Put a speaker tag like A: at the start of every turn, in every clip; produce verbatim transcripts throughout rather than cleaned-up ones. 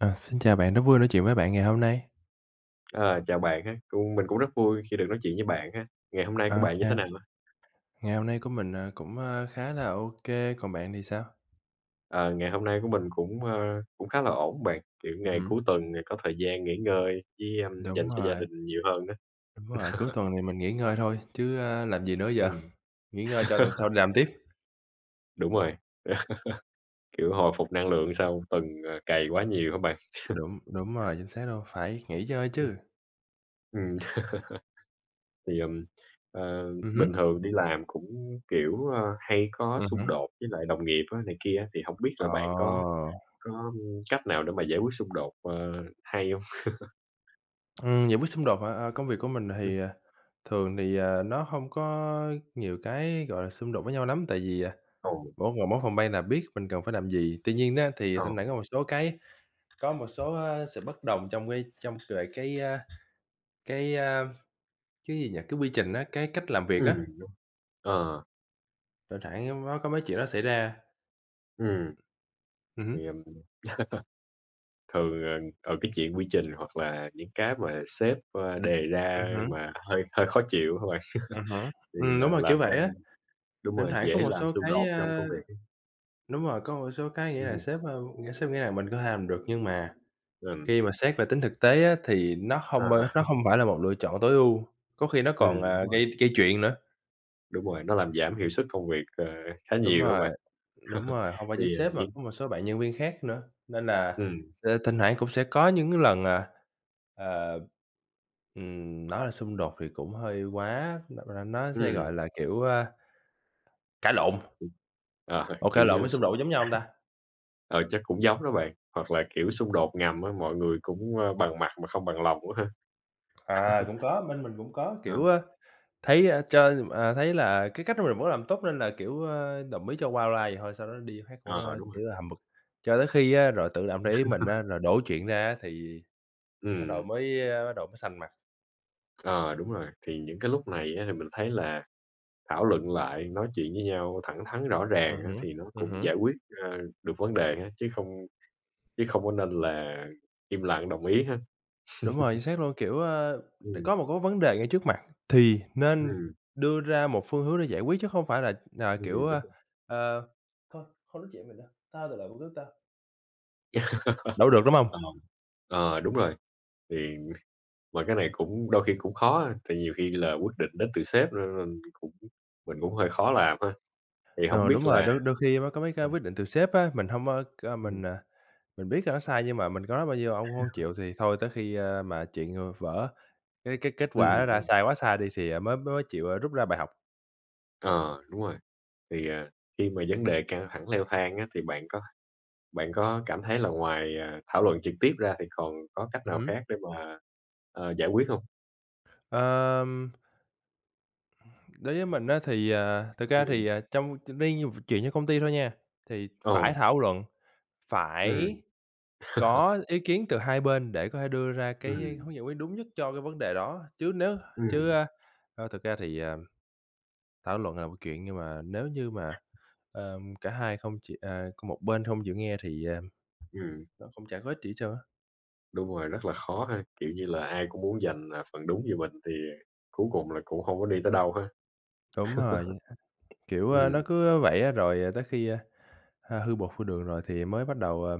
A: À, xin chào bạn, rất vui nói chuyện với bạn ngày hôm nay.
B: Ờ, chào bạn ha, cũng mình cũng rất vui khi được nói chuyện với bạn ha. Ngày hôm nay của bạn như thế nào
A: Ok,
B: ha?
A: ngày hôm nay của mình, ờ, cũng, ơ, khá là ok. Còn bạn thì sao?
B: Ờ, Ngày hôm nay của mình cũng, ơ, cũng khá là ổn bạn, kiểu,
A: Ừm
B: ngày
A: hứm,
B: cuối tuần này có thời gian nghỉ ngơi với, ưm, dành
A: đúng
B: cho gia
A: rồi,
B: đình nhiều hơn đó.
A: đúng rồi, cuối tuần này mình nghỉ ngơi thôi chứ, a, làm gì nữa giờ?
B: Ừm,
A: Nghỉ ngơi cho tuần sau đi làm tiếp.
B: đúng rồi, kiểu, hồi phục năng lượng sau tuần, ờ, cày quá nhiều các bạn?
A: Đúng, đúng rồi, chính xác đâu phải nghỉ ngơi
B: Ừm,
A: chứ.
B: ừm, thì, ừm, ờ,
A: Ừm hứm,
B: bình thường đi làm cũng, kiểu, ơ, hay có
A: ừm
B: xung
A: hứm.
B: đột với lại đồng nghiệp á này kia thì không biết
A: Ờ,
B: là bạn có có, ưm, cách nào để mà giải quyết xung đột, ờ, hay không.
A: ừm, giải quyết xung đột hả? Ờ, công việc của mình
B: Ừm,
A: thì, à, thường thì, à, nó hông có nhiều cái, gọi là, xung đột với nhau lắm, tại vì, à,
B: ồ,
A: mỗi người mỗi phòng ban là biết mình cần phải làm gì. Tuy nhiên á, thì
B: ồ,
A: thỉnh thoảng có một số cái. Có một số, a, sự bất đồng trong cái trong về cái, a, cái, a, cái gì nhỉ, cái quy trình á, cái cách làm việc á,
B: ừm. Ờ,
A: thỉnh thoảng nó có mấy chuyện đó xảy ra.
B: ừm,
A: Ừm hứm,
B: thì, ừm, thường, ờ, ờ, cái chuyện quy trình hoặc là những cái mà sếp, ơ, đề ra
A: ừm hứm,
B: mà hơi hơi khó chịu hả bạn?
A: ừm hứm.
B: Thì,
A: Ừm,
B: ờ,
A: đúng rồi, kiểu
B: làm cho
A: vậy á,
B: đúng
A: thỉnh
B: rồi,
A: thoảng có
B: dễ
A: một
B: làm
A: số
B: xung
A: cái,
B: đột trong
A: a
B: công việc ấy.
A: đúng rồi, có một số cái nghĩa là
B: Ừm,
A: sếp, a, nghĩa sếp nghĩ là mình có thể làm được nhưng mà
B: ừm,
A: khi mà xét về tính thực tế á, thì nó không
B: à,
A: a, nó không phải là một lựa chọn tối ưu, có khi nó còn,
B: ừm,
A: à,
B: đúng rồi,
A: gây gây chuyện nữa.
B: đúng rồi, nó làm giảm hiệu suất công việc, ờ, khá
A: Đúng
B: nhiều hả
A: rồi,
B: bạn?
A: đúng rồi, không phải
B: Thì,
A: chỉ
B: ờ,
A: sếp mà
B: những
A: có một số bạn nhân viên khác nữa, nên là,
B: ừm,
A: ờ, thỉnh thoảng cũng sẽ có những cái lần, à Ờ, ừm, nói là xung đột thì cũng hơi quá, nó nó sẽ, gọi
B: ừm,
A: là, kiểu, a, cãi lộn.
B: ừm, ờ,
A: Ủa,
B: kiểu
A: cãi lộn
B: như
A: với xung
B: xung
A: đột giống nhau hông ta?
B: ờ, chắc cũng giống đó bạn, hoặc là, kiểu, xung đột ngầm á, mọi người cũng, ơ, bằng mặt mà không bằng lòng á ha.
A: À, cũng có, bên mình cũng có,
B: Ờ,
A: kiểu, ơ, thấy, a, chơi à, thấy là cái cách mình muốn làm tốt nên là, kiểu, ơ, đồng ý cho qua loa vậy thôi, sau đó đi phát cũng,
B: ờ,
A: ơ,
B: Đúng rồi,
A: kiểu là, hầm vực. Cho tới khi á, rồi tự làm để ý mình á, rồi đổ chuyện ra á thì bắt đầu
B: ừm.
A: mới, a, bắt đầu mới xanh mặt.
B: Ờ, Đúng rồi. Thì những cái lúc này á thì mình thấy là thảo luận lại, nói chuyện với nhau thẳng thắn rõ
A: Ừm
B: ràng á
A: hứm,
B: thì nó
A: ừm
B: cũng
A: hứm.
B: giải quyết, ờ, được vấn đề ha, chứ không chứ không có nên là im lặng đồng ý ha.
A: Đúng rồi, chính xác luôn, kiểu, ơ, để
B: Ừm,
A: có một cái vấn đề ngay trước mặt thì nên
B: ừm,
A: đưa ra một phương hướng để giải quyết chứ không phải là, à, kiểu,
B: ừm, đúng
A: ơ,
B: rồi.
A: ờ, "Thôi, không nói chuyện với mày nữa, tao tự làm công việc của tao." Đâu được, đúng hông?
B: Ờ, ờ, Đúng rồi. Thì mà cái này cũng đôi khi cũng khó ha, tại nhiều khi là quyết định đến từ sếp nên mình cũng mình cũng hơi khó làm ha. Thì không
A: Ờ,
B: biết
A: đúng rồi,
B: là
A: đôi đôi khi mới có mấy cái
B: ờ,
A: quyết định từ sếp á, mình hông, ơ, c
B: ừm,
A: mình, à, mình biết là nó sai nhưng mà mình có nói bao nhiêu ổng cũng hông chịu thì thôi tới khi, ơ, mà chuyện, ờ, vỡ, cái cái kết
B: đúng
A: quả ra
B: rồi.
A: sai quá sai đi thì, à, mới mới chịu, ơ, rút ra bài học.
B: Ờ, Đúng rồi. Thì, à, khi mà vấn đề căng thẳng leo thang á thì bạn có Bạn có cảm thấy là ngoài, à, thảo luận trực tiếp ra thì còn có cách
A: Ừm
B: nào
A: hứm.
B: khác để mà, ờ, giải quyết không?
A: Ờm Đối với mình á thì, à, thực ra
B: Ừm,
A: thì, à, trong riêng như v chuyện cho công ty thôi nha, thì
B: ồ,
A: phải thảo luận,
B: ừm,
A: phải có ý kiến từ hai bên để có thể đưa ra cái
B: ừm,
A: hướng giải quyết đúng nhất cho cái vấn đề đó. Chứ nếu chứ,
B: ừm,
A: a, ờ, thực ra thì, à, thảo luận là một chuyện nhưng mà nếu như mà, ờm, cả hai không chịu à, có một bên không chịu nghe thì, à,
B: ừm,
A: nó cũng chả có ích gì hết trơn á.
B: đúng rồi, rất là khó ha, kiểu như là, ai cũng muốn giành, à, phần đúng về mình thì cuối cùng là cũng không có đi tới đâu ha.
A: Đúng rồi, kiểu, a, nó
B: Ừm,
A: cứ vậy á, rồi ờ, tới khi, a, h hư bột hư đường rồi thì mới bắt đầu, ờ,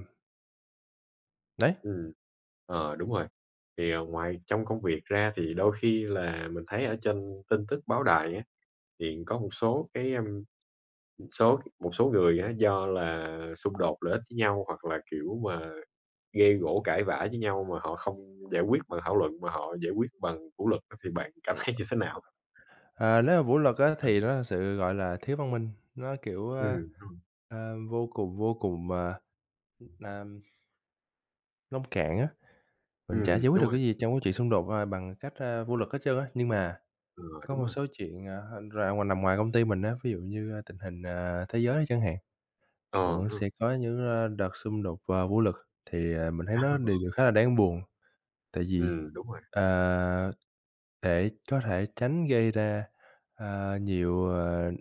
A: đấy.
B: ừm, ờ, đúng rồi. Thì, ờ, ngoài trong công việc ra thì đôi khi là mình thấy ở trên tin tức báo đài á, thì có một số cái, ưm, số một số người á do là xung đột lợi ích với nhau hoặc là, kiểu mà gây gổ cãi vã với nhau mà họ không giải quyết bằng thảo luận mà họ giải quyết bằng vũ lực á, thì bạn cảm thấy như thế nào?
A: Ờ, nếu mà vũ lực á
B: Ừ,
A: thì nó là sự, gọi là, thiếu văn minh, nó, kiểu,
B: Ừm,
A: ơ,
B: ừm, đúng,
A: ờ, vô cùng vô cùng, ờ, à, nông cạn á, mình chả
B: ừm,
A: giải quyết
B: đúng
A: được cái
B: rồi,
A: gì trong cái chuyện xung đột, à, bằng cách, a, vũ lực hết trơn á. Nhưng mà
B: ờ,
A: có
B: đúng
A: một
B: rồi,
A: số chuyện, à, ra ngoài nằm ngoài công ty mình á, ví dụ như, a, tình hình, à, thế giới đi chẳng hạn,
B: ờ,
A: vẫn
B: đúng
A: sẽ có những, a, đợt xung đột, à, vũ lực, thì, à, mình thấy nó
B: rồi,
A: đều điều khá là đáng buồn. Tại vì,
B: ừm, đúng rồi,
A: ờ, để có thể tránh gây ra, a, nhiều, ờ,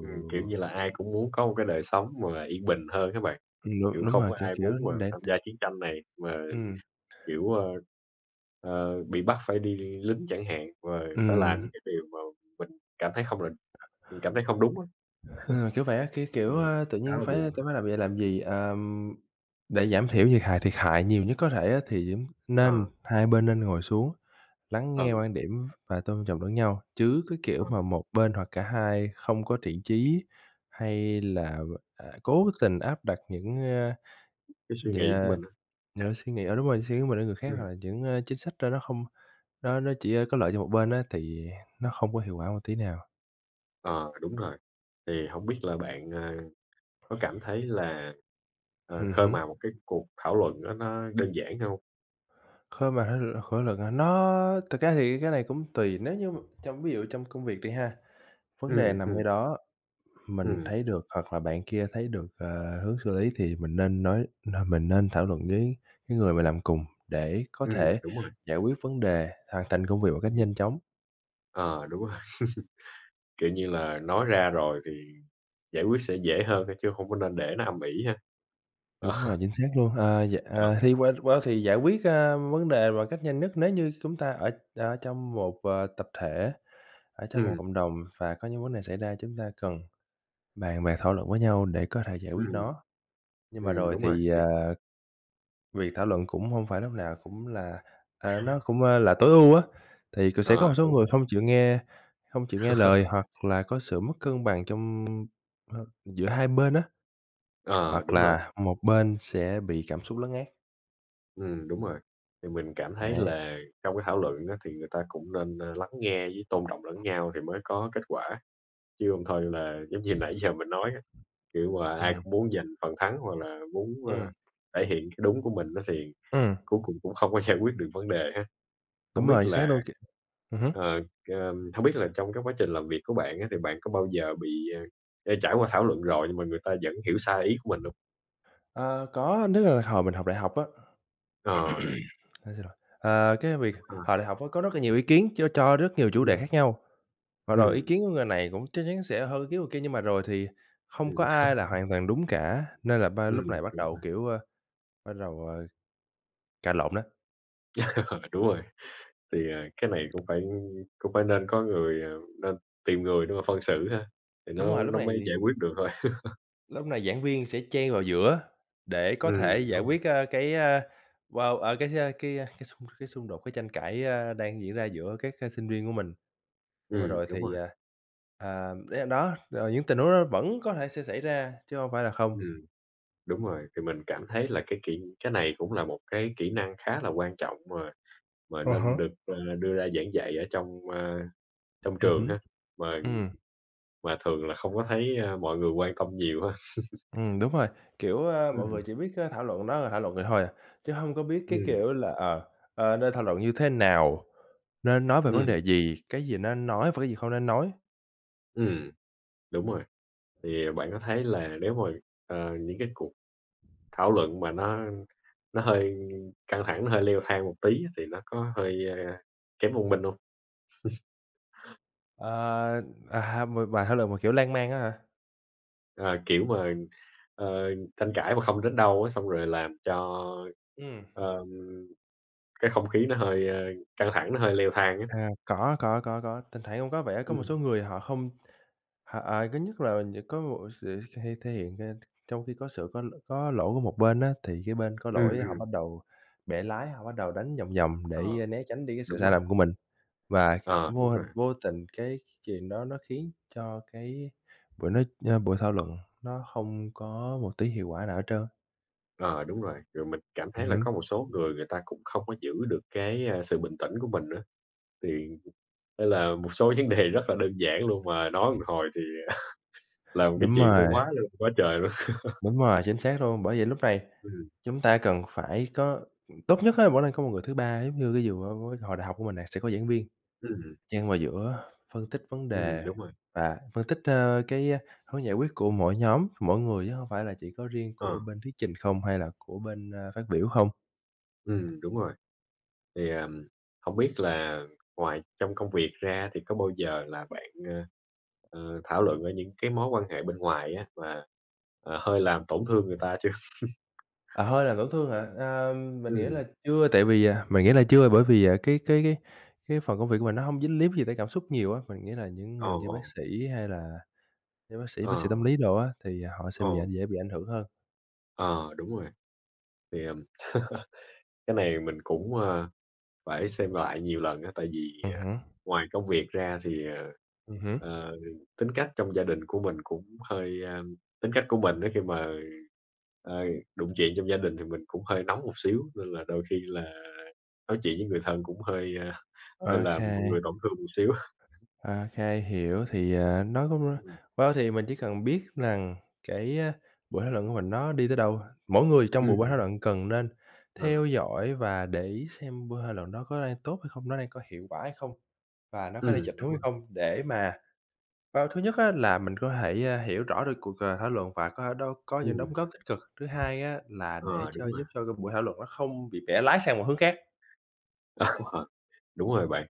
B: ừm, kiểu như là, ai cũng muốn có một cái đời sống mà yên bình hơn các bạn, kiểu,
A: đúng, đúng
B: không
A: rồi,
B: có
A: cái
B: ai
A: kiểu,
B: muốn mà
A: để
B: tham gia chiến tranh này, mà,
A: ừm,
B: kiểu, ờ, ờ, bị bắt phải đi lính chẳng hạn, và phải làm những
A: ừm,
B: cái điều mà mình cảm thấy không là mình cảm thấy không đúng á,
A: ừm, kiểu vậy á, cái kiểu,
B: ừm,
A: a, tự
B: khá
A: nhiên
B: là
A: phải
B: buồn
A: tao phải làm vậy làm gì? Ờm, để giảm thiểu thiệt hại thiệt hại nhiều nhất có thể á, thì giống nên
B: ờ,
A: hai bên nên ngồi xuống, lắng
B: ờ,
A: nghe quan điểm và tôn trọng lẫn nhau, chứ cái kiểu
B: ờ,
A: mà một bên hoặc cả hai không có thiện chí hay là, à, cố tình áp đặt những, a,
B: cái suy nghĩ của
A: yeah,
B: mình á,
A: những suy nghĩ ờ, đúng rồi, suy nghĩ của mình lên người khác
B: ừm.
A: hoặc là những, a, chính sách đó nó không nó nó chỉ ờ, có lợi cho một bên á, thì nó không có hiệu quả một tí nào.
B: Ờ, Đúng rồi. Thì không biết là bạn, à, có cảm thấy là, ờ,
A: Ừm
B: khơi
A: hứm.
B: mào một cái cuộc thảo luận đó nó đơn giản không?
A: Khơi mà thế l khởi lực hả? Nó thực ra thì cái này cũng tùy, nếu như trong ví dụ trong công việc đi ha, vấn đề
B: ừ
A: nằm
B: ừ
A: ngay đó, mình
B: ừm,
A: thấy được hoặc là bạn kia thấy được, ờ, hướng xử lý thì mình nên nói nên mình nên thảo luận với cái người mà làm cùng để có
B: ừm,
A: thể
B: đúng rồi,
A: giải quyết vấn đề, hoàn thành công việc một cách
B: ừm,
A: nhanh chóng.
B: ờ, đúng rồi. Kiểu như là, nói ra rồi thì giải quyết sẽ dễ hơn thôi chứ không có nên để nó âm ỉ ha. Ờ,
A: Đúng rồi, chính xác luôn. Ờ, dạ,
B: ừ,
A: à, thì qua qua thì giải quyết, a, vấn đề một cách nhanh nhất nếu như chúng ta ở ở trong một, ờ, tập thể, ở trong một
B: ừm,
A: cộng đồng và có những vấn đề xảy ra chúng ta cần bàn bạc thảo luận với nhau để có thể giải quyết
B: ừm,
A: nó. Nhưng mà
B: ừm,
A: rồi
B: đúng rồi,
A: thì,
B: thì
A: ờ, việc thảo luận cũng hông phải lúc nào cũng là, ờ, nó cũng, ơ, là tối ưu á, thì cũng sẽ có
B: ờ,
A: một số
B: đúng rồi,
A: người không chịu nghe không chịu nghe lời hoặc là có sự mất cân bằng trong, ơ, giữa hai bên á,
B: ờ,
A: hoặc
B: đúng rồi,
A: là một bên sẽ bị cảm xúc lấn át.
B: ừ đúng rồi. Thì mình cảm thấy
A: Đấy,
B: là trong cái thảo luận á thì người ta cũng nên, a, lắng nghe với tôn trọng lẫn nhau thì mới có kết quả. Chứ hông thôi là giống như nãy giờ mình nói á, kiểu, mà ai
A: ừm,
B: cũng muốn giành phần thắng hoặc là muốn, ơ,
A: ừm,
B: thể hiện cái đúng của mình nó thì
A: ừm,
B: cuối cùng cũng không có giải quyết được vấn đề ha. Không
A: đúng rồi,
B: biết
A: chính xác
B: là,
A: luôn, kiểu ừm hứm.
B: ờ, ờm, hông biết là trong cái quá trình làm việc của bạn á thì bạn có bao giờ bị, ờ, ờ, trải qua thảo luận rồi nhưng mà người ta vẫn hiểu sai ý của mình không?
A: Ờ, có, tức là hồi mình học đại học á,
B: Ờ,
A: à, xin lỗi, ờ, cái việc
B: ờ,
A: hồi đại học á có rất là nhiều ý kiến cho cho rất nhiều chủ đề
B: ừm,
A: khác nhau. Và rồi ý
B: ừm,
A: kiến của người này cũng chắc chắn sẽ hơn ý kiến người kia, nhưng mà rồi thì không có
B: ừm,
A: ai là hoàn toàn đúng cả, nên là ba
B: ừm,
A: lúc này bắt
B: đúng
A: đầu,
B: rồi,
A: kiểu, ơ, bắt đầu, ờ, cãi lộn đó.
B: đúng rồi. Thì, à, cái này cũng phải cũng phải nên có người, ờ, nên tìm người để mà phân xử ha, thì
A: Đúng rồi,
B: nó
A: lúc
B: nó
A: này
B: mới giải
A: thì
B: quyết được thôi.
A: lúc này giảng viên sẽ chen vào giữa để có thể
B: Ừm,
A: giải
B: đúng,
A: quyết, ơ, cái, a, wow, ờ, cái, a, cái, a, cái xung cái xung đột, cái tranh cãi, a, đang diễn ra giữa các, a, sinh viên của mình. Nhưng mà
B: ừm,
A: rồi
B: đúng rồi,
A: thì, à, à, đấy, đó, rồi những tình huống đó vẫn có thể sẽ xảy ra chứ hông phải là không.
B: ừm, đúng rồi. Thì mình cảm thấy là cái kỹ cái này cũng là một cái kỹ năng khá là quan trọng mà mà
A: À
B: nên
A: há.
B: được, ờ, đưa ra giảng dạy ở trong, a, trong
A: Ừm
B: trường
A: hứm,
B: ha, mà
A: ừm.
B: mà thường là không có thấy, a, mọi người quan tâm nhiều ha.
A: Ừ đúng rồi, kiểu, ơ, mọi người
B: Ừm,
A: chỉ biết, ơ, thảo luận nó là thảo luận vậy thôi à, chứ không có biết cái
B: ừm,
A: kiểu là, ờ, ờ, nên thảo luận như thế nào, nên nói về vấn
B: ừm,
A: đề gì, cái gì nên nói và cái gì không nên nói.
B: ừm, đúng rồi. Thì bạn có thấy là nếu mà, ờ, những cái cuộc thảo luận mà nó nó hơi căng thẳng, nó hơi leo thang một tí á thì nó có hơi, a, kém văn minh hông?
A: Ờ, à, mà bà thảo luận một kiểu lan man á hả?
B: Ờ, Kiểu mà, ờ, tranh cãi mà không đến đâu á, xong rồi làm cho,
A: Ừm.
B: ờm, cái không khí nó hơi, ơ, căng thẳng, nó hơi leo thang á.
A: À, có, có, có, có, thỉnh thoảng cũng có vẻ có một
B: Ừm,
A: số người họ không họ, à, thứ nhất là những có một sự hay thể hiện ra trong khi có sự có có lỗi của một bên á, thì cái bên có
B: ừm,
A: lỗi họ
B: ừm,
A: bắt đầu bẻ lái, họ bắt đầu đánh vòng vòng
B: ờ,
A: để ờ, né tránh đi cái sự
B: đúng
A: sai
B: rồi,
A: lầm của mình. Và
B: ờ,
A: vô
B: đúng
A: hình
B: rồi,
A: vô tình cái chuyện đó nó khiến cho cái buổi nói ơ, buổi thảo luận nó không có một tí hiệu quả nào hết trơn.
B: ờ, đúng rồi. Rồi mình cảm
A: Ừm
B: thấy là
A: hứm,
B: có một số người người ta cũng không có giữ được cái, a, sự bình tĩnh của mình nữa, thì nên là một số vấn đề rất là đơn giản luôn mà nói một hồi thì là một cái
A: đúng
B: chuyện nó
A: rồi,
B: quá lên quá trời luôn.
A: đúng rồi, chính xác luôn. Bởi vậy lúc này
B: Ừm,
A: chúng ta cần phải có tốt nhất á, mỗi lần có một người thứ ba giống như cái vụ, ơ, hồi đại học của mình nè, sẽ có giảng viên
B: ừm,
A: xen vào giữa phân tích vấn
B: ừm,
A: đề
B: đúng rồi,
A: và phân tích, ơ, cái hướng giải quyết của mỗi nhóm, mỗi người chứ hông phải là chỉ có riêng
B: ờ,
A: của bên thuyết trình không hay là của bên, a, phát biểu không.
B: ừm, đúng rồi. Thì, ờm, hổng biết là ngoài trong công việc ra thì có bao giờ là bạn, ơ, ờ, thảo luận ở những cái mối quan hệ bên ngoài á mà, ờ, hơi làm tổn thương người ta chưa?
A: À, hơi là tổn thương hả? A, mình nghĩ
B: ừ,
A: là chưa, tại vì, à, mình nghĩ là chưa, bởi vì, à, cái cái cái cái phần công việc của mình nó không dính líp gì tới cảm xúc nhiều á. Mình nghĩ là những
B: ồ,
A: người như bác
B: ồ,
A: sĩ hay là như bác sĩ, bác
B: ờ,
A: sĩ tâm lý đồ á, thì à, họ sẽ
B: ồ,
A: bị ảnh dễ bị ảnh hưởng hơn.
B: ờ, đúng rồi. Thì, ừm, cái này mình cũng, ơ, phải xem lại nhiều lần á, tại vì,
A: Ừ
B: à,
A: hứm,
B: ngoài công việc ra thì, ờ,
A: ừm hứm,
B: ờ, tính cách trong gia đình của mình cũng hơi, a tính cách của mình đó khi mà, ờ, đụng chuyện trong gia đình thì mình cũng hơi nóng một xíu, nên là đôi khi là Nói chuyện với người thân cũng hơi, a, hơi
A: Ờ.
B: làm mọi người tổn thương một xíu.
A: OK, hiểu. Thì, à, nó cũng
B: Ừm,
A: wow, thì mình chỉ cần biết rằng cái, a, buổi thảo luận của mình nó đi tới đâu, mỗi người trong buổi buổi thảo
B: ừm,
A: luận cần nên
B: ờ,
A: theo dõi và để ý xem buổi thảo luận đó có đang tốt hay không, nó đang có hiệu quả hay không, và nó có đang
B: ừm,
A: chệch
B: đúng
A: hướng hay
B: rồi,
A: không để mà wow, thứ nhất á là mình có thể, a, hiểu rõ được cuộc, ờ, thảo luận và có đâu có những đóng
B: ừm,
A: góp tích cực. Thứ hai á là để
B: ờ,
A: cho
B: đúng rồi,
A: giúp cho cái buổi thảo luận nó không bị bẻ lái sang một hướng khác.
B: ờ, đúng rồi bạn.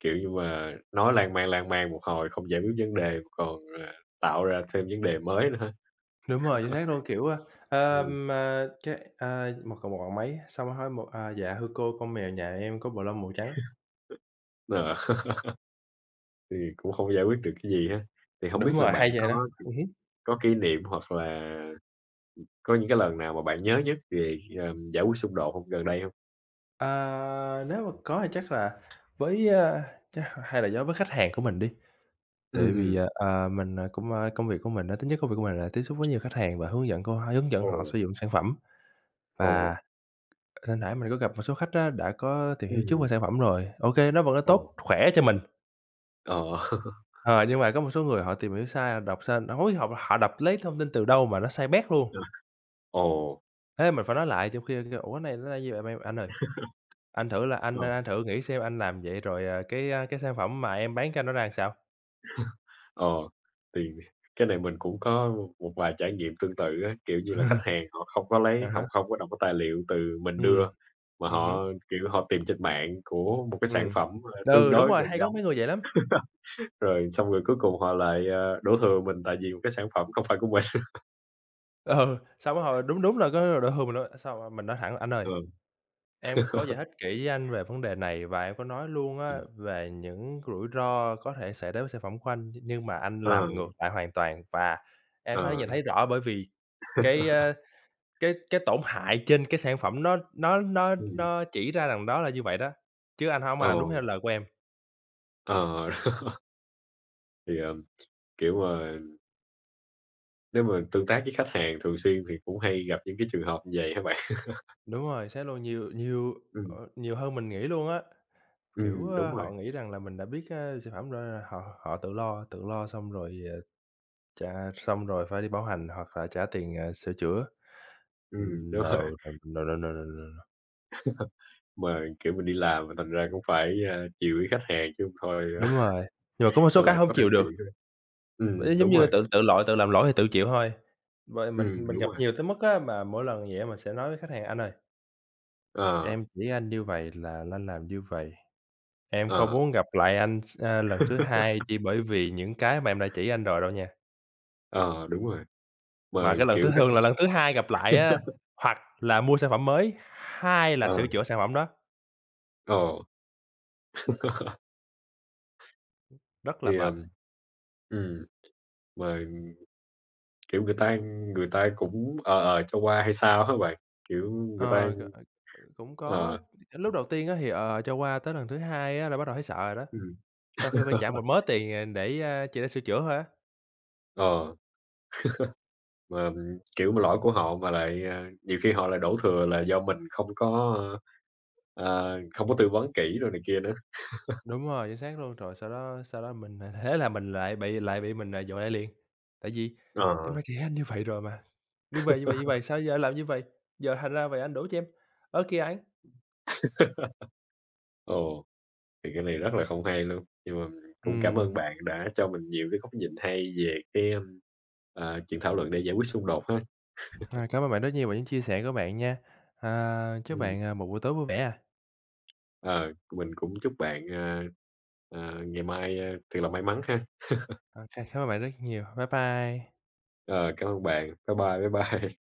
B: Kiểu như mà nói lan man, lan man một hồi không giải quyết vấn đề còn, à, tạo ra thêm vấn đề mới nữa ha.
A: Đúng rồi, chính xác luôn, kiểu, a,
B: Ừm,
A: ờm, à, cái, a, một cậu một bạn mấy, xong hỏi một à, "Dạ thưa cô, con mèo nhà em có bộ lông màu trắng."
B: ờ, thì cũng không giải quyết được cái gì ha. Thì hông
A: Đúng
B: biết là
A: rồi,
B: bạn
A: hay
B: có
A: vậy đó, ừm hứm.
B: có kỷ niệm hoặc là có những cái lần nào mà bạn nhớ nhất về, ờm, giải quyết xung đột hông gần đây hông?
A: Ờ, nếu mà có thì chắc là với, a, chắc hay là do với khách hàng của mình đi, tại
B: Ừm,
A: vì,
B: ừm,
A: à, à, mình, à, cũng, a công việc của mình á, tính chất công việc của mình là tiếp xúc với nhiều khách hàng và hướng dẫn cô hướng dẫn
B: ồ,
A: họ sử dụng sản phẩm.
B: ồ,
A: Và hồi nãy mình có gặp một số khách á, đã có tìm hiểu trước
B: ừm,
A: về sản phẩm rồi, ô kê, nó vẫn là
B: ồ,
A: tốt, khỏe cho mình.
B: ờ,
A: Ờ, nhưng mà có một số người họ tìm hiểu sai, đọc sai hối họ họ đọc lấy thông tin từ đâu mà nó sai bét luôn.
B: ờ, ồ,
A: Thế mình phải nói lại, trong khi kêu: "Ủa, cái này nó là như vậy mà em anh ơi, anh thử là
B: ờ.
A: anh anh thử nghĩ xem anh làm vậy rồi, à, cái, a, cái sản phẩm mà em bán cho anh nó ra sao?"
B: Ờ, thì cái này mình cũng có một vài trải nghiệm tương tự á, kiểu như là, khách hàng họ không có
A: À
B: lấy
A: há,
B: họ không có đọc cái tài liệu từ mình
A: ừm,
B: đưa, mà
A: ừm hứm,
B: họ, kiểu, họ tìm trên mạng của một cái sản
A: ừm.
B: phẩm, ờ, tương
A: Ừ, đúng
B: đối
A: rồi,
B: gần
A: hay có
B: giống,
A: mấy người vậy lắm.
B: rồi xong rồi cuối cùng họ lại, ờ, đổ thừa mình tại vì một cái sản phẩm không phải của mình.
A: Ừ, xong cái hồi đúng đúng là cái đổ thừa mình luôn, xong rồi mình nói thẳng: "Anh ơi,
B: Ờ,
A: em có giải thích kỹ với anh về vấn đề này và em có nói luôn á
B: ừm,
A: về những rủi ro có thể xảy đến với sản phẩm của anh, nhưng mà anh
B: ờ,
A: làm ngược lại hoàn toàn và em có thể
B: ờ,
A: nhìn thấy
B: đúng,
A: rõ bởi vì cái, a, cái cái tổn hại trên cái sản phẩm nó nó nó
B: ừm,
A: nó chỉ ra rằng đó là như vậy đó, chứ anh hông có
B: ờ,
A: làm đúng theo lời của em.
B: ờ, thì, ờ, kiểu, mà nếu mà tương tác với khách hàng thường xuyên thì cũng hay gặp những cái trường hợp như vậy hả bạn?
A: Đúng rồi, sẽ luôn nhiều nhiều,
B: Ừm,
A: ờ, nhiều hơn mình nghĩ luôn á, kiểu,
B: ừm, đúng
A: ơ,
B: rồi,
A: họ nghĩ rằng là mình đã biết, a, sản phẩm rồi họ họ tự lo tự lo xong rồi, ờ, trả xong rồi phải đi bảo hành hoặc là trả tiền, ờ, sửa chữa.
B: ừm,
A: Ừm,
B: đúng
A: no,
B: rồi.
A: no, no, no, no, no, no, no.
B: Mà, kiểu, mình đi làm mà thành ra cũng phải, a, chiều với khách hàng chứ hông thôi
A: Đúng rồi, nhưng mà có một
B: là
A: số cái
B: lại
A: hông
B: có thêm
A: chịu
B: chuyện
A: được,
B: nữa.
A: ê,
B: Ừm,
A: giống
B: đúng
A: như
B: rồi,
A: tự tự lỗi, tự làm lỗi thì tự chịu thôi. Vậy
B: ừm,
A: mình mình
B: đúng
A: gặp
B: rồi,
A: nhiều tới mức á, mà mỗi lần vậy á mình sẽ nói với khách hàng: "Anh ơi,
B: ờ,
A: em chỉ anh như vậy là anh làm như vậy, em không
B: ờ,
A: muốn gặp lại anh s a, lần thứ hai chỉ bởi vì những cái mà em đã chỉ anh rồi đâu nha."
B: ờ, đúng rồi,
A: Mà
B: mà,
A: cái lần thứ
B: kiểu,
A: thường
B: khách
A: là lần thứ hai gặp lại á, hoặc là mua sản phẩm mới, hai là
B: ờ,
A: sửa chữa sản phẩm đó,
B: ờ,
A: rất là
B: thì,
A: mệt.
B: ừm, ừm, mà, kiểu, người ta người ta cũng ờ, ờ, cho qua hay sao á bạn, kiểu, người ta
A: Ờ, c ờ, cũng có.
B: ờ,
A: Lúc đầu tiên á thì, ờ, cho qua, tới lần thứ hai á là bắt đầu thấy sợ rồi đó.
B: ừm,
A: Sau khi phải trả một mớ tiền, à, để, a, chỉ để sửa chữa thôi á.
B: ờ, mà, kiểu, mà lỗi của họ mà lại, à, nhiều khi họ lại đổ thừa là do mình không có, ơ, ờ, không có tư vấn kỹ đồ này kia nữa.
A: Đúng rồi, chính xác luôn. Rồi sau đó sau đó mình, à, thế là mình lại bị lại bị mình, à, dội lại liền. Tại vì
B: Ờ,
A: em nói: "Chị anh như vậy rồi mà, như vậy, như vậy, như vậy, sao giờ làm như vậy? Giờ thành ra vậy anh đổ cho em, ở kia anh."
B: ờ. Thì cái này rất là không hay luôn, nhưng mà cũng cảm
A: Ừm,
B: ơn bạn đã cho mình nhiều cái góc nhìn hay về cái, ưm, ờ, chuyện thảo luận để giải quyết xung đột ha.
A: à, cảm ơn bạn rất nhiều về những chia sẻ của bạn nha. À, chúc
B: Ừm,
A: bạn, à, một buổi tối vui vẻ à.
B: ờ, mình cũng chúc bạn, ờ, ờ, ngày mai, ơ, thật là may mắn ha.
A: Ô, cảm ơn bạn rất nhiều. Bye bye.
B: Ờ, Cảm ơn bạn. Bye bye, bye bye.